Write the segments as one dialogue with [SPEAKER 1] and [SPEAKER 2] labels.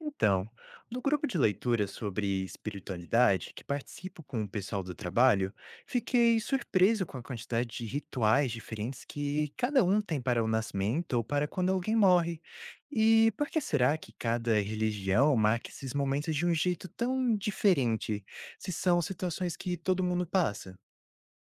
[SPEAKER 1] Então, no grupo de leitura sobre espiritualidade, que participo com o pessoal do trabalho, fiquei surpreso com a quantidade de rituais diferentes que cada um tem para o nascimento ou para quando alguém morre. E por que será que cada religião marca esses momentos de um jeito tão diferente, se são situações que todo mundo passa?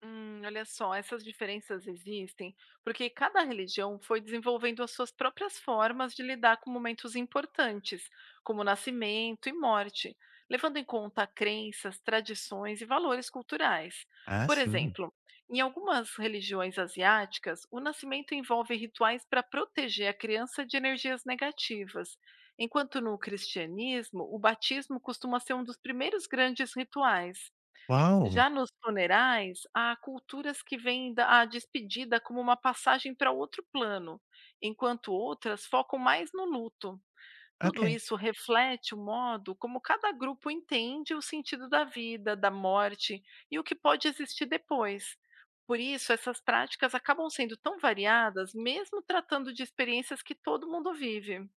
[SPEAKER 2] Olha só, essas diferenças existem porque cada religião foi desenvolvendo as suas próprias formas de lidar com momentos importantes, como nascimento e morte, levando em conta crenças, tradições e valores culturais.
[SPEAKER 1] Ah,
[SPEAKER 2] Por
[SPEAKER 1] sim.
[SPEAKER 2] exemplo, em algumas religiões asiáticas, o nascimento envolve rituais para proteger a criança de energias negativas, enquanto no cristianismo, o batismo costuma ser um dos primeiros grandes rituais.
[SPEAKER 1] Uau!
[SPEAKER 2] Já nos funerais, há culturas que veem da a despedida como uma passagem para outro plano, enquanto outras focam mais no luto. Tudo
[SPEAKER 1] Ok.
[SPEAKER 2] isso reflete o modo como cada grupo entende o sentido da vida, da morte e o que pode existir depois. Por isso, essas práticas acabam sendo tão variadas, mesmo tratando de experiências que todo mundo vive.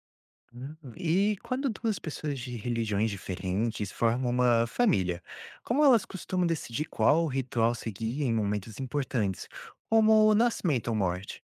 [SPEAKER 1] E quando duas pessoas de religiões diferentes formam uma família, como elas costumam decidir qual ritual seguir em momentos importantes, como o nascimento ou morte?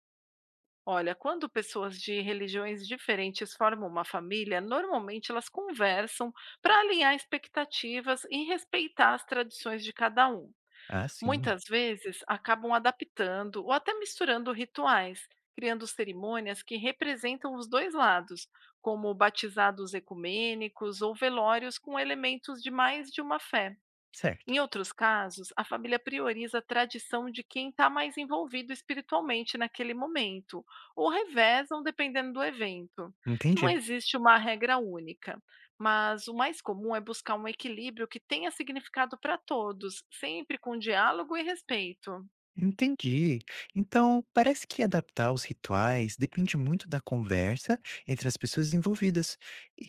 [SPEAKER 2] Olha, quando pessoas de religiões diferentes formam uma família, normalmente elas conversam para alinhar expectativas e respeitar as tradições de cada um.
[SPEAKER 1] Ah, sim,
[SPEAKER 2] Muitas vezes acabam adaptando ou até misturando rituais, criando cerimônias que representam os dois lados, como batizados ecumênicos ou velórios com elementos de mais de uma fé.
[SPEAKER 1] certo.
[SPEAKER 2] Em outros casos, a família prioriza a tradição de quem está mais envolvido espiritualmente naquele momento, ou revezam dependendo do evento. Não
[SPEAKER 1] Entendi.
[SPEAKER 2] existe uma regra única, mas o mais comum é buscar um equilíbrio que tenha significado para todos, sempre com diálogo e respeito.
[SPEAKER 1] Entendi. Então, parece que adaptar os rituais depende muito da conversa entre as pessoas envolvidas.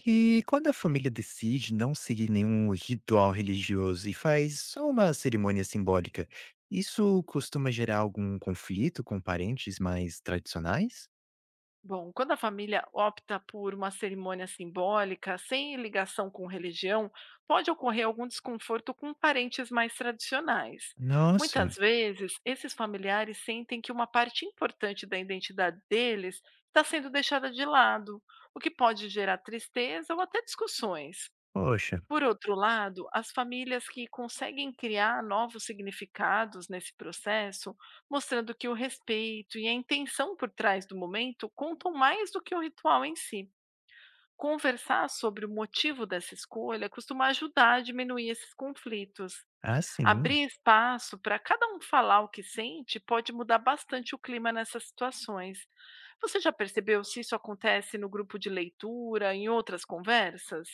[SPEAKER 1] E quando a família decide não seguir nenhum ritual religioso e faz só uma cerimônia simbólica, isso costuma gerar algum conflito com parentes mais tradicionais?
[SPEAKER 2] Bom, quando a família opta por uma cerimônia simbólica, sem ligação com religião, pode ocorrer algum desconforto com parentes mais tradicionais.
[SPEAKER 1] Nossa,
[SPEAKER 2] Muitas vezes, esses familiares sentem que uma parte importante da identidade deles está sendo deixada de lado, o que pode gerar tristeza ou até discussões.
[SPEAKER 1] poxa,
[SPEAKER 2] Por outro lado, as famílias que conseguem criar novos significados nesse processo, mostrando que o respeito e a intenção por trás do momento contam mais do que o ritual em si. Conversar sobre o motivo dessa escolha costuma ajudar a diminuir esses conflitos.
[SPEAKER 1] assim.
[SPEAKER 2] Abrir espaço para cada um falar o que sente pode mudar bastante o clima nessas situações. Você já percebeu se isso acontece no grupo de leitura, em outras conversas?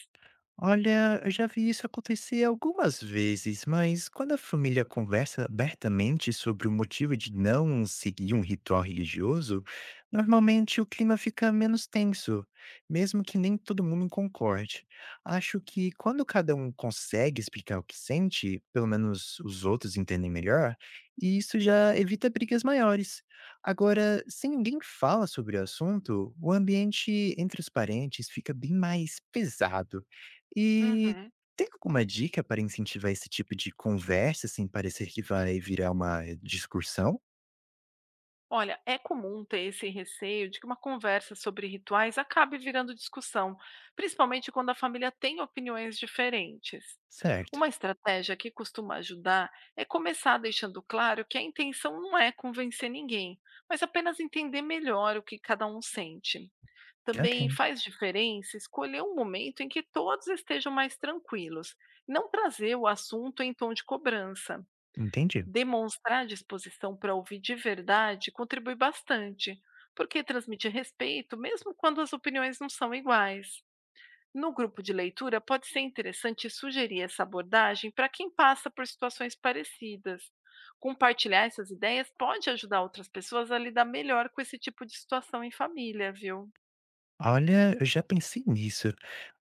[SPEAKER 1] Olha, eu já vi isso acontecer algumas vezes, mas quando a família conversa abertamente sobre o motivo de não seguir um ritual religioso, normalmente o clima fica menos tenso, mesmo que nem todo mundo concorde. Acho que quando cada um consegue explicar o que sente, pelo menos os outros entendem melhor, e isso já evita brigas maiores. Agora, se ninguém fala sobre o assunto, o ambiente entre os parentes fica bem mais pesado e
[SPEAKER 2] Uhum.
[SPEAKER 1] tem alguma dica para incentivar esse tipo de conversa sem parecer que vai virar uma discussão?
[SPEAKER 2] Olha, é comum ter esse receio de que uma conversa sobre rituais acabe virando discussão, principalmente quando a família tem opiniões diferentes.
[SPEAKER 1] Certo.
[SPEAKER 2] Uma estratégia que costuma ajudar é começar deixando claro que a intenção não é convencer ninguém, mas apenas entender melhor o que cada um sente.
[SPEAKER 1] Ok,
[SPEAKER 2] Também faz diferença escolher um momento em que todos estejam mais tranquilos, não trazer o assunto em tom de cobrança.
[SPEAKER 1] entendi.
[SPEAKER 2] Demonstrar disposição para ouvir de verdade contribui bastante, porque transmite respeito mesmo quando as opiniões não são iguais. No grupo de leitura, pode ser interessante sugerir essa abordagem para quem passa por situações parecidas. Compartilhar essas ideias pode ajudar outras pessoas a lidar melhor com esse tipo de situação em família, viu?
[SPEAKER 1] Olha, eu já pensei nisso.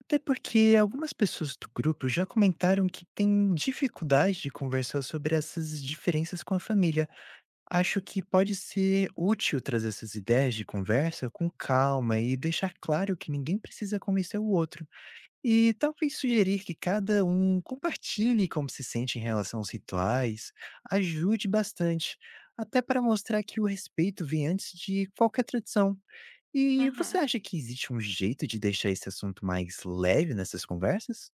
[SPEAKER 1] Até porque algumas pessoas do grupo já comentaram que têm dificuldade de conversar sobre essas diferenças com a família. Acho que pode ser útil trazer essas ideias de conversa com calma e deixar claro que ninguém precisa convencer o outro. E talvez sugerir que cada um compartilhe como se sente em relação aos rituais ajude bastante, até para mostrar que o respeito vem antes de qualquer tradição. E você
[SPEAKER 2] Uhum.
[SPEAKER 1] acha que existe um jeito de deixar esse assunto mais leve nessas conversas?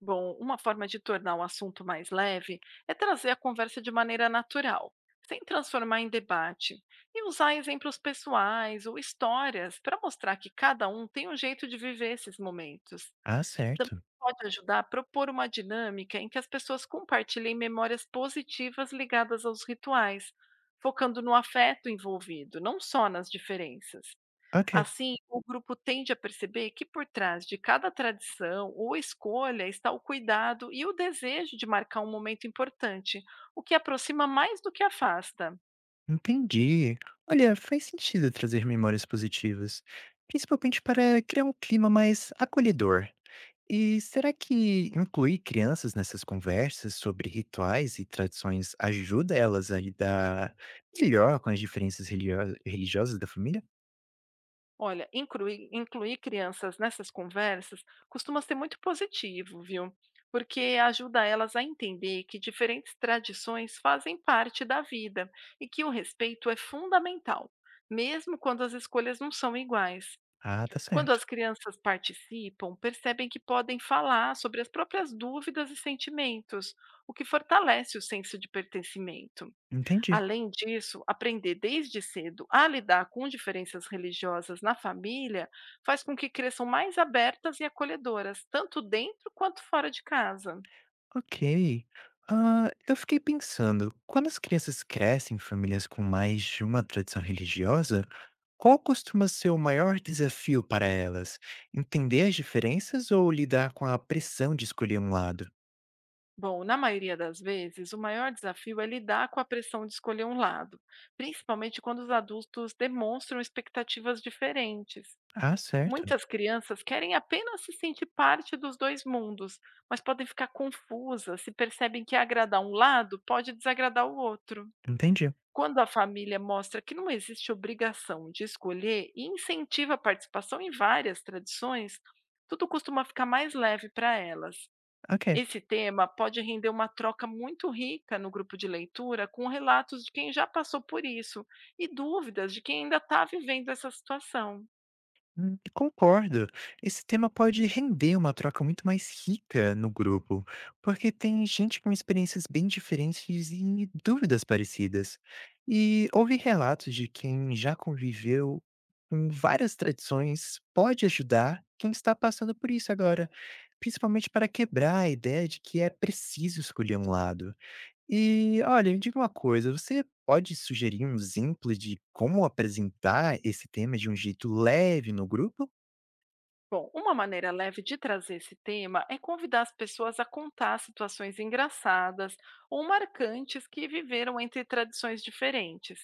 [SPEAKER 2] Bom, uma forma de tornar o assunto mais leve é trazer a conversa de maneira natural, sem transformar em debate, e usar exemplos pessoais ou histórias para mostrar que cada um tem um jeito de viver esses momentos.
[SPEAKER 1] Ah,
[SPEAKER 2] Também
[SPEAKER 1] certo.
[SPEAKER 2] pode ajudar a propor uma dinâmica em que as pessoas compartilhem memórias positivas ligadas aos rituais, focando no afeto envolvido, não só nas diferenças.
[SPEAKER 1] Ok,
[SPEAKER 2] Assim, o grupo tende a perceber que por trás de cada tradição ou escolha está o cuidado e o desejo de marcar um momento importante, o que aproxima mais do que afasta.
[SPEAKER 1] entendi. Olha, faz sentido trazer memórias positivas, principalmente para criar um clima mais acolhedor. E será que incluir crianças nessas conversas sobre rituais e tradições ajuda elas a lidar melhor com as diferenças religiosas da família?
[SPEAKER 2] Olha, incluir crianças nessas conversas costuma ser muito positivo, viu? Porque ajuda elas a entender que diferentes tradições fazem parte da vida e que o respeito é fundamental, mesmo quando as escolhas não são iguais.
[SPEAKER 1] Ah, tá
[SPEAKER 2] Quando
[SPEAKER 1] certo.
[SPEAKER 2] as crianças participam, percebem que podem falar sobre as próprias dúvidas e sentimentos, o que fortalece o senso de pertencimento.
[SPEAKER 1] Entendi.
[SPEAKER 2] Além disso, aprender desde cedo a lidar com diferenças religiosas na família faz com que cresçam mais abertas e acolhedoras, tanto dentro quanto fora de casa.
[SPEAKER 1] Ok. Ah, eu fiquei pensando, quando as crianças crescem em famílias com mais de uma tradição religiosa, qual costuma ser o maior desafio para elas? Entender as diferenças ou lidar com a pressão de escolher um lado?
[SPEAKER 2] Bom, na maioria das vezes, o maior desafio é lidar com a pressão de escolher um lado, principalmente quando os adultos demonstram expectativas diferentes.
[SPEAKER 1] Ah, certo.
[SPEAKER 2] Muitas crianças querem apenas se sentir parte dos dois mundos, mas podem ficar confusas se percebem que agradar um lado pode desagradar o outro.
[SPEAKER 1] Entendi.
[SPEAKER 2] Quando a família mostra que não existe obrigação de escolher e incentiva a participação em várias tradições, tudo costuma ficar mais leve para elas.
[SPEAKER 1] Ok.
[SPEAKER 2] Esse tema pode render uma troca muito rica no grupo de leitura, com relatos de quem já passou por isso e dúvidas de quem ainda está vivendo essa situação.
[SPEAKER 1] Concordo. Esse tema pode render uma troca muito mais rica no grupo, porque tem gente com experiências bem diferentes e dúvidas parecidas. E ouvir relatos de quem já conviveu com várias tradições pode ajudar quem está passando por isso agora, principalmente para quebrar a ideia de que é preciso escolher um lado. E olha, me diga uma coisa, você pode sugerir um exemplo de como apresentar esse tema de um jeito leve no grupo?
[SPEAKER 2] Bom, uma maneira leve de trazer esse tema é convidar as pessoas a contar situações engraçadas ou marcantes que viveram entre tradições diferentes,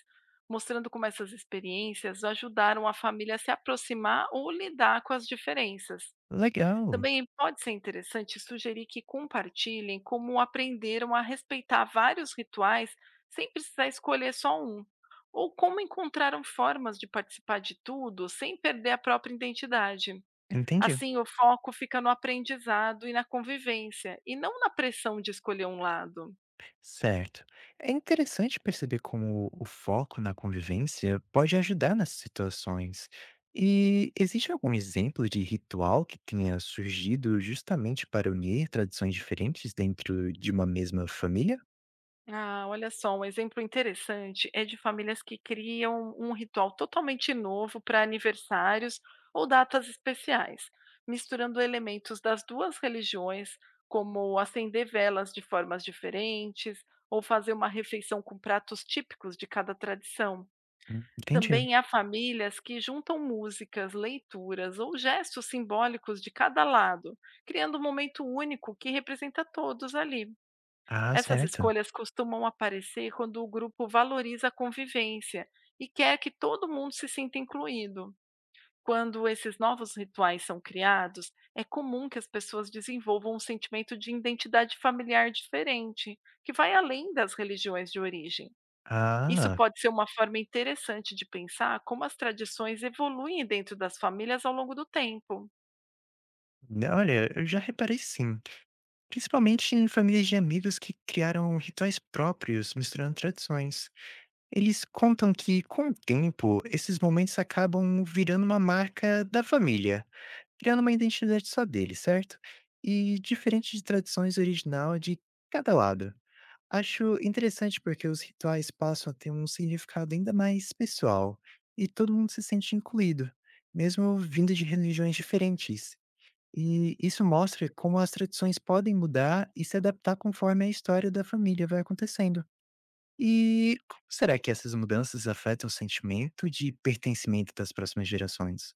[SPEAKER 2] mostrando como essas experiências ajudaram a família a se aproximar ou lidar com as diferenças.
[SPEAKER 1] Legal,
[SPEAKER 2] Também pode ser interessante sugerir que compartilhem como aprenderam a respeitar vários rituais sem precisar escolher só um, ou como encontraram formas de participar de tudo sem perder a própria identidade.
[SPEAKER 1] entendi.
[SPEAKER 2] Assim, o foco fica no aprendizado e na convivência, e não na pressão de escolher um lado.
[SPEAKER 1] Certo. É interessante perceber como o foco na convivência pode ajudar nessas situações. E existe algum exemplo de ritual que tenha surgido justamente para unir tradições diferentes dentro de uma mesma família?
[SPEAKER 2] Ah, olha só, um exemplo interessante é de famílias que criam um ritual totalmente novo para aniversários ou datas especiais, misturando elementos das duas religiões, como acender velas de formas diferentes ou fazer uma refeição com pratos típicos de cada tradição.
[SPEAKER 1] Entendi.
[SPEAKER 2] Também há famílias que juntam músicas, leituras ou gestos simbólicos de cada lado, criando um momento único que representa todos ali.
[SPEAKER 1] Ah,
[SPEAKER 2] Essas
[SPEAKER 1] certo.
[SPEAKER 2] escolhas costumam aparecer quando o grupo valoriza a convivência e quer que todo mundo se sinta incluído. Quando esses novos rituais são criados, é comum que as pessoas desenvolvam um sentimento de identidade familiar diferente, que vai além das religiões de origem. Isso
[SPEAKER 1] Ah,
[SPEAKER 2] pode ser uma forma interessante de pensar como as tradições evoluem dentro das famílias ao longo do tempo.
[SPEAKER 1] né, olha, eu já reparei sim, principalmente em famílias de amigos que criaram rituais próprios, misturando tradições. Eles contam que, com o tempo, esses momentos acabam virando uma marca da família, criando uma identidade só deles, certo? E diferente de tradições original de cada lado. Acho interessante porque os rituais passam a ter um significado ainda mais pessoal, e todo mundo se sente incluído, mesmo vindo de religiões diferentes. E isso mostra como as tradições podem mudar e se adaptar conforme a história da família vai acontecendo. E como será que essas mudanças afetam o sentimento de pertencimento das próximas gerações?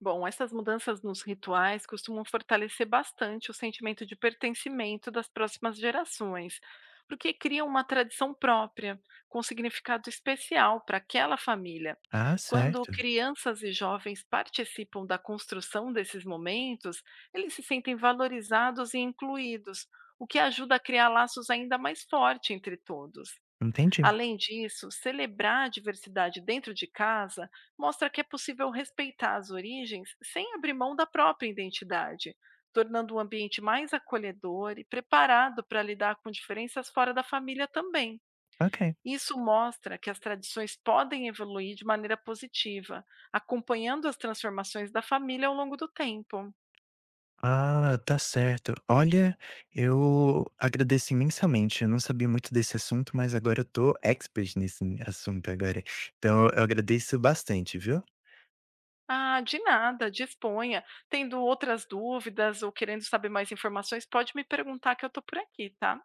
[SPEAKER 2] Bom, essas mudanças nos rituais costumam fortalecer bastante o sentimento de pertencimento das próximas gerações, porque criam uma tradição própria, com significado especial para aquela família.
[SPEAKER 1] Ah,
[SPEAKER 2] Quando
[SPEAKER 1] certo.
[SPEAKER 2] crianças e jovens participam da construção desses momentos, eles se sentem valorizados e incluídos, o que ajuda a criar laços ainda mais fortes entre todos.
[SPEAKER 1] Entendi.
[SPEAKER 2] Além disso, celebrar a diversidade dentro de casa mostra que é possível respeitar as origens sem abrir mão da própria identidade, tornando o ambiente mais acolhedor e preparado para lidar com diferenças fora da família também.
[SPEAKER 1] Ok.
[SPEAKER 2] Isso mostra que as tradições podem evoluir de maneira positiva, acompanhando as transformações da família ao longo do tempo.
[SPEAKER 1] Ah, tá certo. Olha, eu agradeço imensamente. Eu não sabia muito desse assunto, mas agora eu tô expert nesse assunto agora. Então eu agradeço bastante, viu?
[SPEAKER 2] Ah, de nada, disponha. Tendo outras dúvidas ou querendo saber mais informações, pode me perguntar que eu estou por aqui, tá?